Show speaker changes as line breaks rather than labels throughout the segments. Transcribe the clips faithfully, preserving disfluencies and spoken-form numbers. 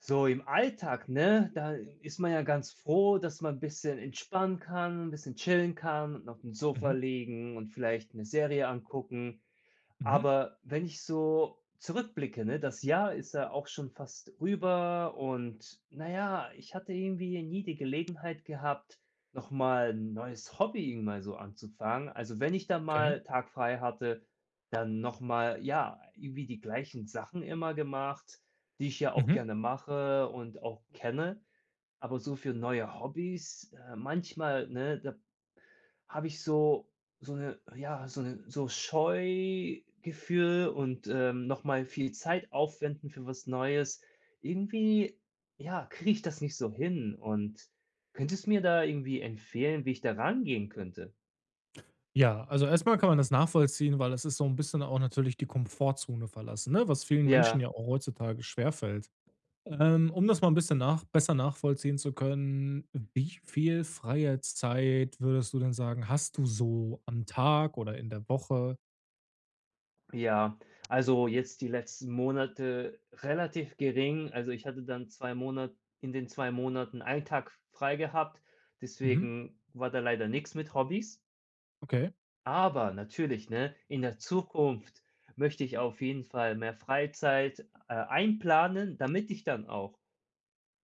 So im Alltag, ne, da ist man ja ganz froh, dass man 'n bisschen entspannen kann, 'n bisschen chillen kann und auf dem Sofa
Mhm,
liegen und vielleicht eine Serie angucken.
mhm,
Aber wenn ich so zurückblicke, ne, das Jahr ist ja auch schon fast rüber und na ja, ich hatte irgendwie nie die Gelegenheit gehabt, noch mal neues Hobby irgendwie mal so anzufangen. Also, wenn ich da
okay.
mal Tag frei hatte, dann noch mal, ja, irgendwie die gleichen Sachen immer gemacht, die ich ja auch
Mhm.
gerne mache und auch kenne. Aber so für neue Hobbys, äh, manchmal, ne, da habe ich so so eine ja, so eine so Scheugefühl und, ähm, noch mal viel Zeit aufwenden für was Neues. Irgendwie, ja, kriege ich das nicht so hin und könntest mir da irgendwie empfehlen, wie ich da rangehen könnte?
Ja, also erstmal kann man das nachvollziehen, weil es ist so ein bisschen auch natürlich die Komfortzone verlassen, ne, was vielen Menschen ja
Ja,
auch heutzutage schwerfällt. Ähm, um das mal ein bisschen nach besser nachvollziehen zu können, wie viel freie Zeit würdest du denn sagen, hast du so am Tag oder in der Woche?
ja. Also, jetzt die letzten Monate relativ gering. Also, ich hatte dann zwei Monate in den zwei Monaten einen Tag frei gehabt,
Mhm,
deswegen war da leider nichts mit Hobbys.
okay,
Aber natürlich, ne, in der Zukunft möchte ich auf jeden Fall mehr Freizeit, äh, einplanen, damit ich dann auch,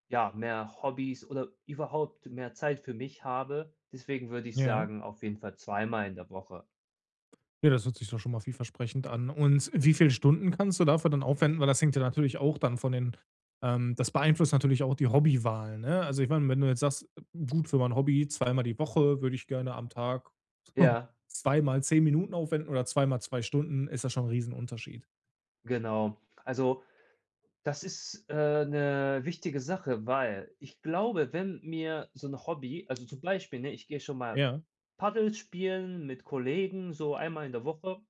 ja, mehr Hobbys oder überhaupt mehr Zeit für mich habe. Deswegen würde ich
ja.
sagen, auf jeden Fall zweimal in der Woche.
Ja, das hört sich doch schon mal vielversprechend an. Und wie viele Stunden kannst du dafür dann aufwenden? Weil das hängt ja natürlich auch dann von den ähm, das beeinflusst natürlich auch die Hobbywahl, ne? Also, ich meine, wenn du jetzt sagst: „Gut, für mein Hobby zweimal die Woche würde ich gerne am Tag
Ja,
zweimal zehn Minuten aufwenden oder zweimal zwei Stunden“, ist das schon 'n Riesenunterschied.
genau. Also, das ist, äh, 'ne wichtige Sache, weil ich glaube, wenn mir so ein Hobby also, zum Beispiel, ne, ich gehe schon mal
Ja,
Paddel spielen mit Kollegen, so einmal in der Woche.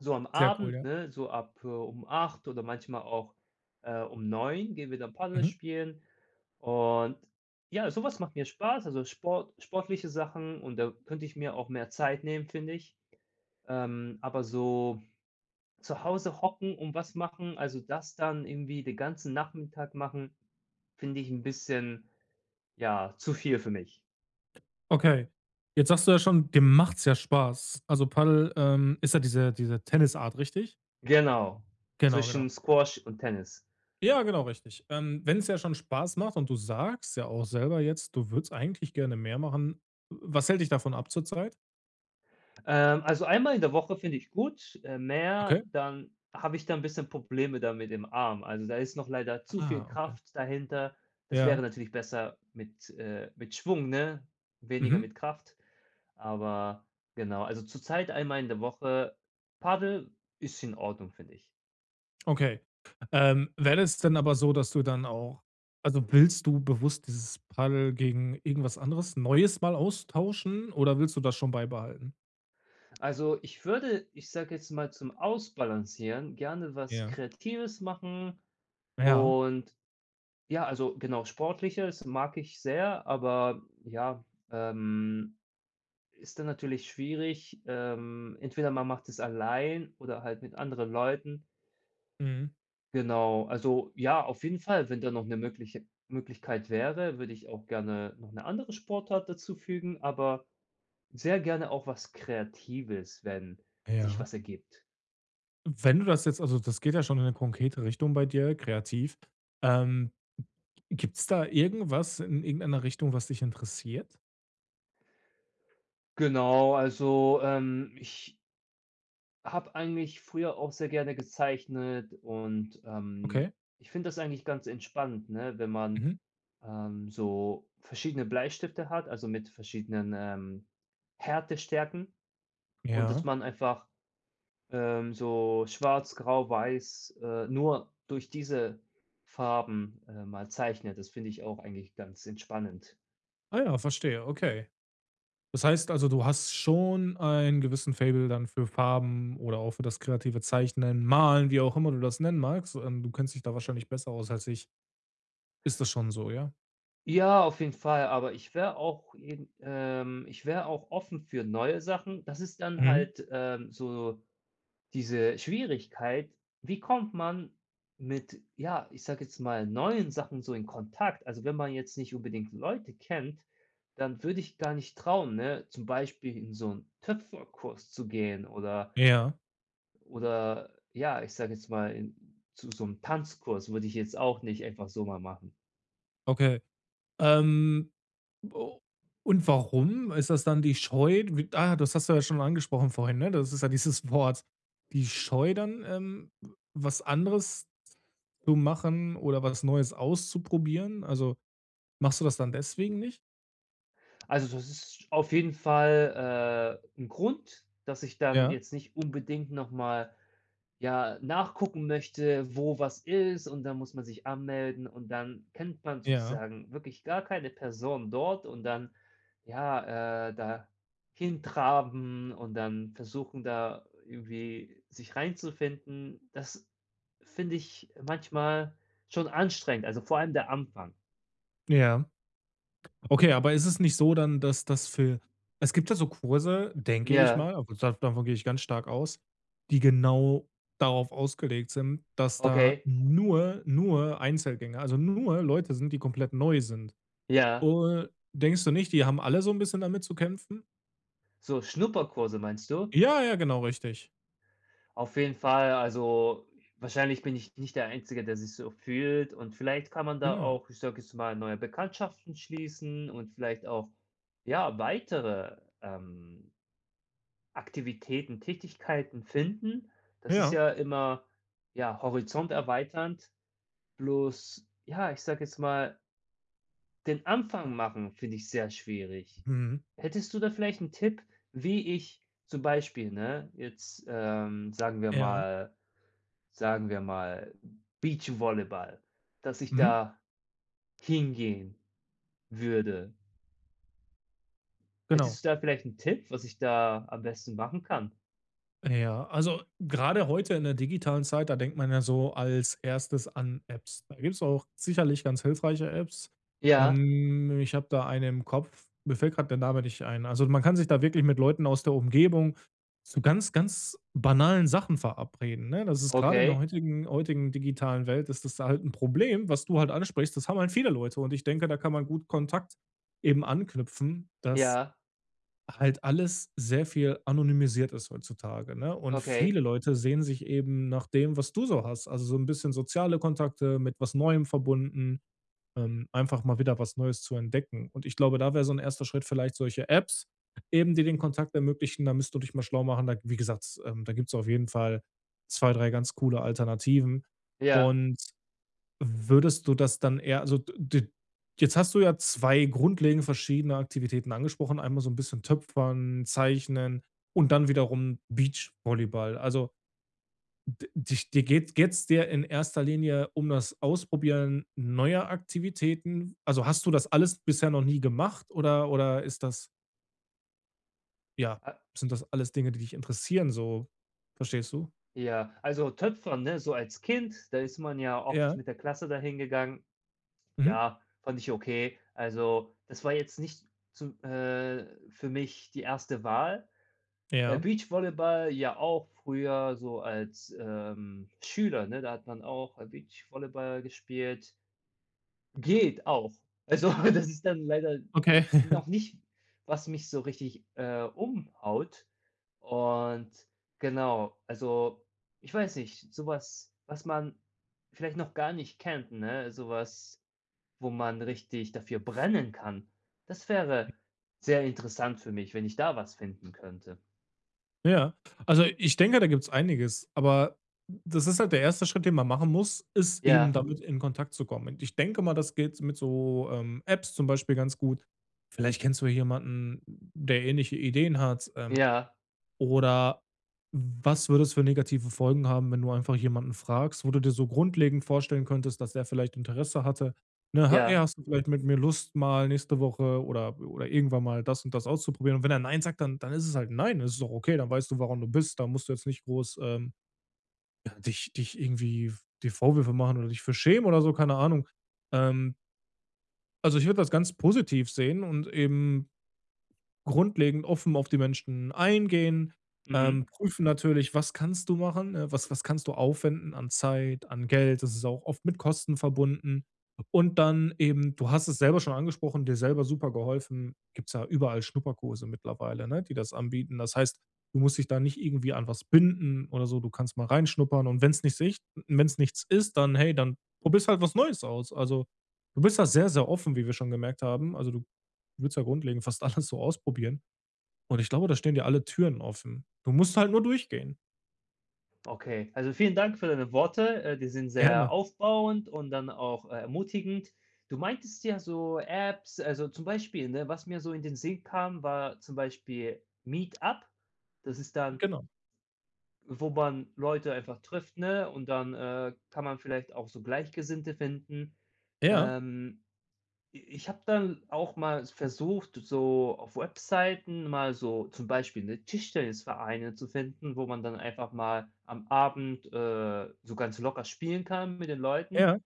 So am
sehr cool,
Abend,
ja.
ne, so ab, äh, um acht oder manchmal auch, äh, um neun gehen wir dann Paddel
Mhm.
spielen und ja, sowas macht mir Spaß, also Sport sportliche Sachen und da könnte ich mir auch mehr Zeit nehmen, finde ich. Ähm, aber so zu Hause hocken und was machen, also das dann irgendwie den ganzen Nachmittag machen, finde ich ein bisschen, ja, zu viel für mich.
Okay. Jetzt sagst du ja schon, dem macht's ja Spaß. Also, Paddel, ähm, ist ja diese diese Tennisart, richtig?
Genau,
Genau, genau.
zwischen Squash und Tennis.
Ja, genau, richtig. Ähm, Wenn es ja schon Spaß macht und du sagst ja auch selber jetzt, du würdest eigentlich gerne mehr machen. Was hält dich davon ab zurzeit?
Ähm, also einmal in der Woche finde ich gut, äh, mehr,
Okay.
dann habe ich da ein bisschen Probleme damit im Arm. Also, da ist noch leider zu viel
Ah, okay.
Kraft dahinter. Das
Ja.
wäre natürlich besser mit, äh mit Schwung, ne? Weniger
Mhm.
mit Kraft. Aber genau, also zurzeit einmal in der Woche Paddel ist in Ordnung, finde ich.
Okay. Ähm, wäre es denn aber so, dass du dann auch also, willst du bewusst dieses Paddel gegen irgendwas anderes Neues mal austauschen oder willst du das schon beibehalten?
Also, ich würde, ich sage jetzt mal, zum Ausbalancieren gerne was
Ja.
Kreatives machen
Ja.
und ja, also genau, Sportliches mag ich sehr, aber ja, ähm, ist dann natürlich schwierig. Ähm, entweder man macht es allein oder halt mit anderen Leuten.
Mhm.
Genau, also ja, auf jeden Fall, wenn da noch eine mögliche Möglichkeit wäre, würde ich auch gerne noch eine andere Sportart dazu fügen, aber sehr gerne auch was Kreatives, wenn sich
Ja.
was ergibt.
Wenn du das jetzt also, das geht ja schon in eine konkrete Richtung bei dir, kreativ. Ähm Gibt's da irgendwas in irgendeiner Richtung, was dich interessiert?
Genau, also, ähm, ich habe eigentlich früher auch sehr gerne gezeichnet und,
Okay.
ähm, ich finde das eigentlich ganz entspannt, ne, wenn man,
Mhm.
ähm, so verschiedene Bleistifte hat, also mit verschiedenen, ähm, Härtestärken und dass
Ja.
man einfach, ähm, so schwarz, grau, weiß, äh, nur durch diese Farben, äh, mal zeichnet. Das finde ich auch eigentlich ganz entspannend.
Ah ja, verstehe, okay. Das heißt also, du hast schon einen gewissen Faible dann für Farben oder auch für das kreative Zeichnen, Malen, wie auch immer du das nennen magst. Ähm, du kennst dich da wahrscheinlich besser aus als ich. Ist das schon so, ja?
Ja, auf jeden Fall, aber ich wäre auch jeden ähm, ich wäre auch offen für neue Sachen. Das ist dann
Mhm.
halt, ähm, so diese Schwierigkeit, wie kommt man mit, ja, ich sage jetzt mal, neuen Sachen so in Kontakt? Also, wenn man jetzt nicht unbedingt Leute kennt, dann würde ich gar nicht trauen, ne, zum Beispiel in so einen Töpferkurs zu gehen oder
Ja,
oder ja, ich sage jetzt mal, in zu so einem Tanzkurs würde ich jetzt auch nicht einfach so mal machen.
okay. Ähm, o Und warum? Ist das dann die Scheu? Wie ah, das hast du ja schon angesprochen vorhin, ne? Das ist ja dieses Wort. Die Scheu dann, ähm, was anderes zu machen oder was Neues auszuprobieren? Also, machst du das dann deswegen nicht?
Also, das ist auf jeden Fall, äh, 'n Grund, dass ich dann
Ja,
jetzt nicht unbedingt noch mal, ja, nachgucken möchte, wo was ist und dann muss man sich anmelden und dann kennt man
ja,
sozusagen wirklich gar keine Person dort und dann, ja, äh, da hintraben und dann versuchen, da irgendwie sich reinzufinden. Das finde ich manchmal schon anstrengend, also, vor allem der Anfang.
ja. Okay, aber ist es nicht so dann, dass das für es gibt ja so Kurse, denke ich
Ja,
mal, aber da davon gehe ich ganz stark aus, die genau darauf ausgelegt sind, dass da
okay,
nur nur Einzelgänger, also nur Leute sind, die komplett neu sind.
ja.
Und denkst du nicht, die haben alle so ein bisschen damit zu kämpfen?
So, Schnupperkurse meinst du?
Ja, ja, genau, richtig.
Auf jeden Fall, also wahrscheinlich bin ich nicht der Einzige, der sich so fühlt und vielleicht kann man da
Genau.
auch, ich sage jetzt mal, neue Bekanntschaften schließen und vielleicht auch, ja, weitere, ähm, Aktivitäten, Tätigkeiten finden. Das ist
Ja.
ja immer, ja, horizonterweiternd, bloß, ja, ich sage jetzt mal den Anfang machen finde ich sehr schwierig.
Mhm.
Hättest du da vielleicht einen Tipp, wie ich zum Beispiel, ne, jetzt, ähm, sagen wir
Ja.
mal sagen wir mal Beachvolleyball, dass ich
Mhm.
da hingehen würde.
Genau.
Hättest du da vielleicht einen Tipp, was ich da am besten machen kann?
Ja, also gerade heute in der digitalen Zeit, da denkt man ja so als erstes an Apps. Da gibt's auch sicherlich ganz hilfreiche Apps.
Ja,
Ähm, ich habe da eine im Kopf, mir fällt gerade der Name nicht ein. Also, man kann sich da wirklich mit Leuten aus der Umgebung zu ganz, ganz banalen Sachen verabreden, ne? Das ist gerade in der
okay.
heutigen heutigen digitalen Welt, ist das halt ein Problem, was du halt ansprichst. Das haben halt viele Leute und ich denke, da kann man gut Kontakt eben anknüpfen, dass
Ja,
halt alles sehr viel anonymisiert ist heutzutage, ne? Und viele
okay.
Leute sehen sich eben nach dem, was du so hast. Also, so ein bisschen soziale Kontakte mit was Neuem verbunden, ähm, einfach mal wieder was Neues zu entdecken. Und ich glaube, da wäre so ein erster Schritt vielleicht solche Apps eben, die den Kontakt ermöglichen. Da müsst du dich mal schlau machen. Da, wie gesagt, ähm, da gibt's auf jeden Fall zwei drei ganz coole Alternativen.
Ja,
Und würdest du das dann eher also, d jetzt hast du ja zwei grundlegend verschiedene Aktivitäten angesprochen. Einmal so ein bisschen Töpfern, Zeichnen und dann wiederum Beachvolleyball. Also, d dich dir geht geht's dir in erster Linie um das Ausprobieren neuer Aktivitäten? Also, hast du das alles bisher noch nie gemacht oder oder ist das ja,
a
sind das alles Dinge, die dich interessieren so? Verstehst du?
ja. Also, Töpfern, ne, so als Kind, da ist man ja oft
Ja.
mit der Klasse da hingegangen.
Mhm.
Ja, fand ich okay. Also, das war jetzt nicht zu äh, für mich die erste Wahl. Äh,
Ja.
Beachvolleyball ja auch früher so als, ähm, Schüler, ne? Da hat man auch, äh, Beachvolleyball gespielt. Geht auch. Also, das ist dann leider n
Okay.
noch nicht, was mich so richtig, äh, umhaut. Und genau, also, ich weiß nicht, sowas was, man vielleicht noch gar nicht kennt, ne? Sowas wo man richtig dafür brennen kann. Das wäre sehr interessant für mich, wenn ich da was finden könnte.
Ja, also ich denke, da gibt's einiges, aber das ist halt der erste Schritt, den man machen muss, ist eben, mhm,
Ja,
damit in Kontakt zu kommen. Und ich denke mal, das geht mit so, ähm, Apps zum Beispiel ganz gut. Vielleicht kennst du ja jemanden, der ähnliche Ideen hat. Ähm,
ja,
oder was würde es für negative Folgen haben, wenn du einfach jemanden fragst, wo du dir so grundlegend vorstellen könntest, dass der vielleicht Interesse hatte? Ne, ha „Hey,
ja.
hast du vielleicht mit mir Lust, mal nächste Woche oder oder irgendwann mal das und das auszuprobieren?“ Und wenn er „Nein“ sagt, dann dann ist es halt „Nein“. Das ist doch okay, dann weißt du, warum du bist. Da musst du jetzt nicht groß, ähm, ja, dich dich irgendwie v Vorwürfe machen oder dich für schämen oder so, keine Ahnung. Ähm, also, ich würde das ganz positiv sehen und eben grundlegend offen auf die Menschen eingehen, ähm,
Mhm.
prüfen natürlich, was kannst du machen, ne? Was was kannst du aufwenden an Zeit, an Geld? Das ist auch oft mit Kosten verbunden. Und dann eben, du hast es selber schon angesprochen, dir selber super geholfen, gibt's ja überall Schnupperkurse mittlerweile, ne, die das anbieten. Das heißt, du musst dich da nicht irgendwie an was binden oder so. Du kannst mal reinschnuppern und wenn wenn's nicht sich wenn es nichts ist, dann hey, dann probierst halt was Neues aus. Also, du bist da sehr, sehr offen, wie wir schon gemerkt haben. Also, du willst ja grundlegend fast alles so ausprobieren. Und ich glaube, da stehen dir alle Türen offen. Du musst halt nur durchgehen.
Okay. Also, vielen Dank für deine Worte. Äh, die sind
Gerne.
sehr aufbauend und dann auch, äh, ermutigend. Du meintest ja so Apps, also, zum Beispiel, ne, was mir so in den Sinn kam, war zum Beispiel Meetup. Das ist dann,
Genau.
wo man Leute einfach trifft, ne, und dann, äh, kann man vielleicht auch so Gleichgesinnte finden.
Ja,
Ähm ich habe dann auch mal versucht, so auf Webseiten mal so zum Beispiel, ne, Tischtennisvereine zu finden, wo man dann einfach mal am Abend, äh, so ganz locker spielen kann mit den Leuten.
ja.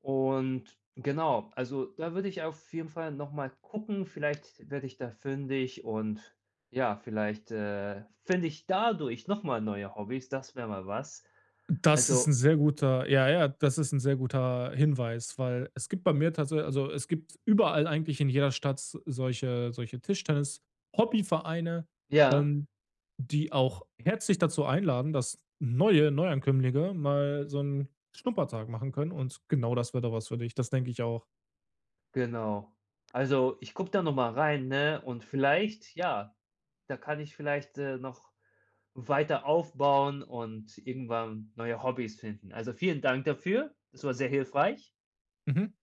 Und genau, also da würde ich auf jeden Fall noch mal gucken. Vielleicht werde ich da fündig und ja, vielleicht, äh, finde ich dadurch noch mal neue Hobbys, das wäre mal was.
Das ist 'n
Also
sehr guter ja, ja, das ist 'n sehr guter Hinweis, weil es gibt bei mir tatsächlich also, es gibt überall eigentlich in jeder Stadt s solche solche Tischtennis-Hobbyvereine,
ja.
ähm, die auch herzlich dazu einladen, dass neue Neuankömmlinge mal so 'n Schnuppertag machen können und genau das wäre doch was für dich. Das denke ich auch.
Genau. Also, ich gucke da noch mal rein, ne, und vielleicht, ja, da kann ich vielleicht, äh, noch weiter aufbauen und irgendwann neue Hobbys finden. Also, vielen Dank dafür. Das war sehr hilfreich,
Mhm.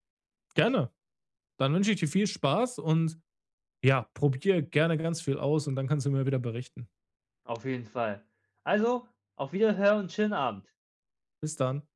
Gerne. Dann wünsche ich dir viel Spaß. Und ja, probiere gerne ganz viel aus und dann kannst du mir wieder berichten.
auf jeden Fall. Also, auf Wiederhören und schönen Abend.
Bis dann.